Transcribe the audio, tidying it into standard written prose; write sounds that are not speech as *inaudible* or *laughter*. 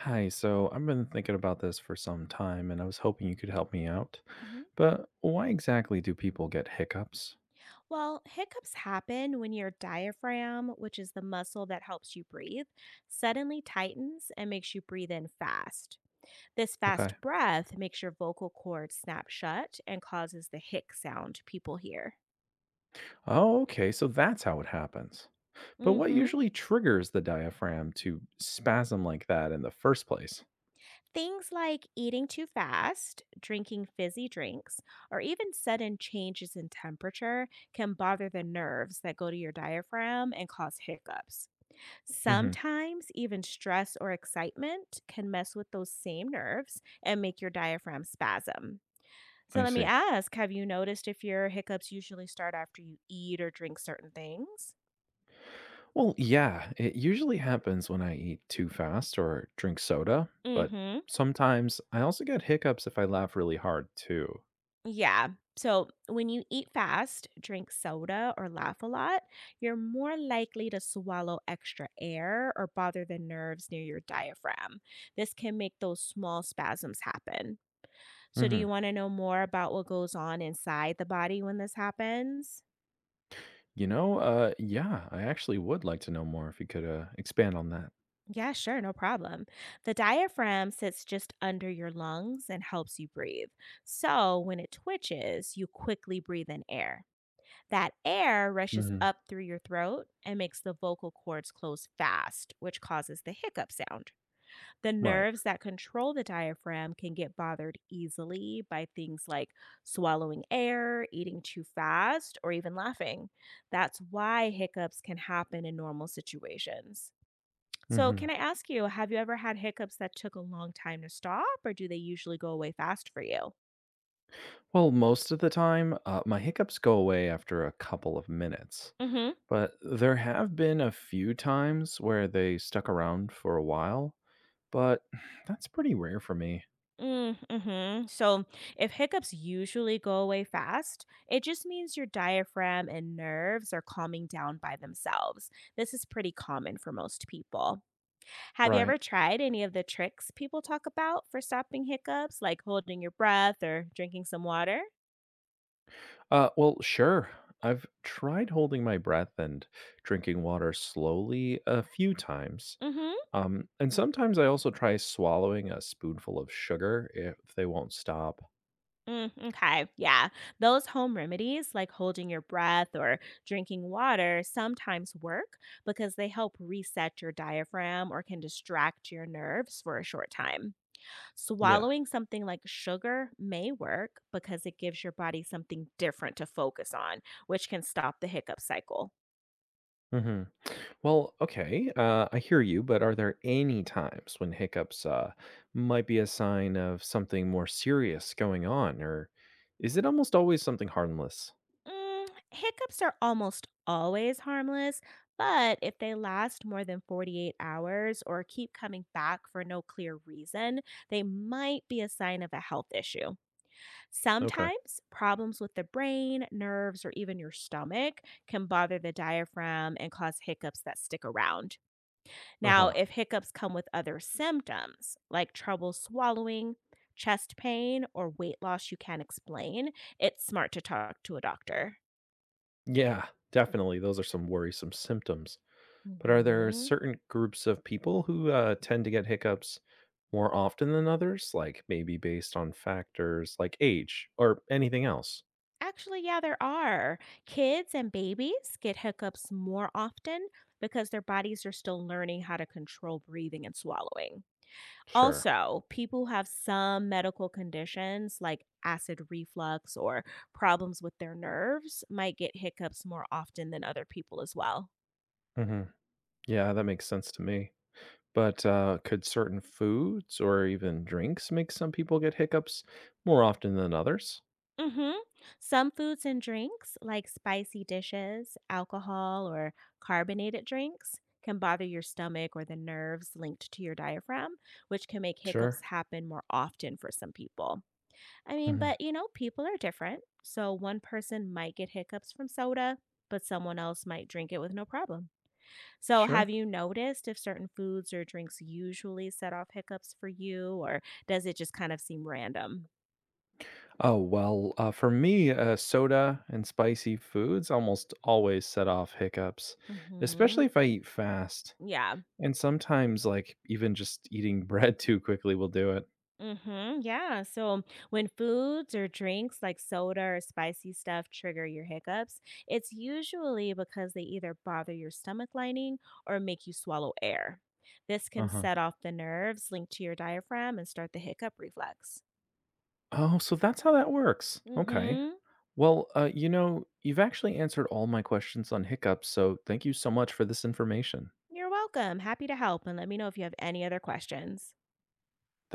Hi, so I've been thinking about this for some time and I was hoping you could help me out. Mhm. But why exactly do people get hiccups? Well, hiccups happen when your diaphragm, which is the muscle that helps you breathe, suddenly tightens and makes you breathe in fast. This Okay. fast breath makes your vocal cords snap shut and causes the hic sound people hear. Oh, okay, so that's how it happens. But what Mhm. usually triggers the diaphragm to spasm like that in the first place? Things like eating too fast, drinking fizzy drinks, or even sudden changes in temperature can bother the nerves that go to your diaphragm and cause hiccups. Hmm. Sometimes even stress or excitement can mess with those same nerves and make your diaphragm spasm. So I let me see. ask, have you noticed if your hiccups usually start after you eat or drink certain things? Well, yeah, it usually happens when I eat too fast or drink soda, Mm. but Mhm. sometimes I also get hiccups if I laugh really hard too. Yeah. So when you eat fast, drink soda or laugh a lot, you're more likely to swallow extra air or bother the nerves near your diaphragm. This can make those small spasms happen. So, do you Mm-hmm. want to know more about what goes on inside the body when this happens? Yeah, I actually would like to know more if you could expand on that. Yeah, sure, no problem. The diaphragm sits just under your lungs and helps you breathe. So, when it twitches, you quickly breathe in air. That air rushes Hmm. up through your throat and makes the vocal cords close fast, which causes the hiccup sound. The Right. nerves that control the diaphragm can get bothered easily by things like swallowing air, eating too fast, or even laughing. That's why hiccups can happen in normal situations. So, can Hmm. I ask you, have you ever had hiccups that took a long time to stop, or do they usually go away fast for you? Well, most of the time, my hiccups go away after a couple of minutes, Mhm. but there have been a few times where they stuck around for a while, but *sighs* that's pretty rare for me. Mm, mhm. So, if hiccups usually go away fast, it just means your diaphragm and nerves are calming down by themselves. This is pretty common for most people. Have you Right. ever tried any of the tricks people talk about for stopping hiccups, like holding your breath or drinking some water? Well, sure. I've tried holding my breath and drinking water slowly a few times. Mhm. And sometimes I also try swallowing a spoonful of sugar if they won't stop. Mm, okay. Yeah. Those home remedies, like holding your breath or drinking water, sometimes work because they help reset your diaphragm or can distract your nerves for a short time. Yeah. Swallowing something like sugar may work because it gives your body something different to focus on, which can stop the hiccup cycle. Hmm. Well, okay, I hear you, but are there any times when hiccups might be a sign of something more serious going on, or is it almost always something harmless? Mm, hiccups are almost always harmless, but if they last more than 48 hours or keep coming back for no clear reason, they might be a sign of a health issue. Okay. Sometimes problems with the brain, nerves, or even your stomach can bother the diaphragm and cause hiccups that stick around. Uh Now, huh. if hiccups come with other symptoms like trouble swallowing, chest pain, or weight loss you can't explain, it's smart to talk to a doctor. Yeah, definitely. Those are some worrisome symptoms. But are there Hmm. certain groups of people who tend to get hiccups more often than others, like maybe based on factors like age or anything else? Actually, yeah, there are. Kids and babies get hiccups more often because their bodies are still learning how to control breathing and swallowing. Sure. Also, people who have some medical conditions like acid reflux or problems with their nerves might get hiccups more often than other people as well. Hmm. Yeah, that makes sense to me. But could certain foods or even drinks make some people get hiccups more often than others? Mm-hmm. Some foods and drinks, like spicy dishes, alcohol, or carbonated drinks, can bother your stomach or the nerves linked to your diaphragm, which can make hiccups Sure. happen more often for some people. Hmm. But people are different. So one person might get hiccups from soda, but someone else might drink it with no problem. So, have Sure. you noticed if certain foods or drinks usually set off hiccups for you, or does it just kind of seem random? Oh, well, for me, soda and spicy foods almost always set off hiccups, Mm-hmm. especially if I eat fast. Yeah. And sometimes, like, even just eating *laughs* bread too quickly will do it. Mm-hmm. Yeah. So when foods or drinks like soda or spicy stuff trigger your hiccups, it's usually because they either bother your stomach lining or make you swallow air. This can Uh-huh. set off the nerves linked to your diaphragm and start the hiccup reflex. Oh, so that's how that works. Okay. Mm-hmm. Well, you've actually answered all my questions on hiccups, so thank you so much for this information. You're welcome. Happy to help and let me know if you have any other questions.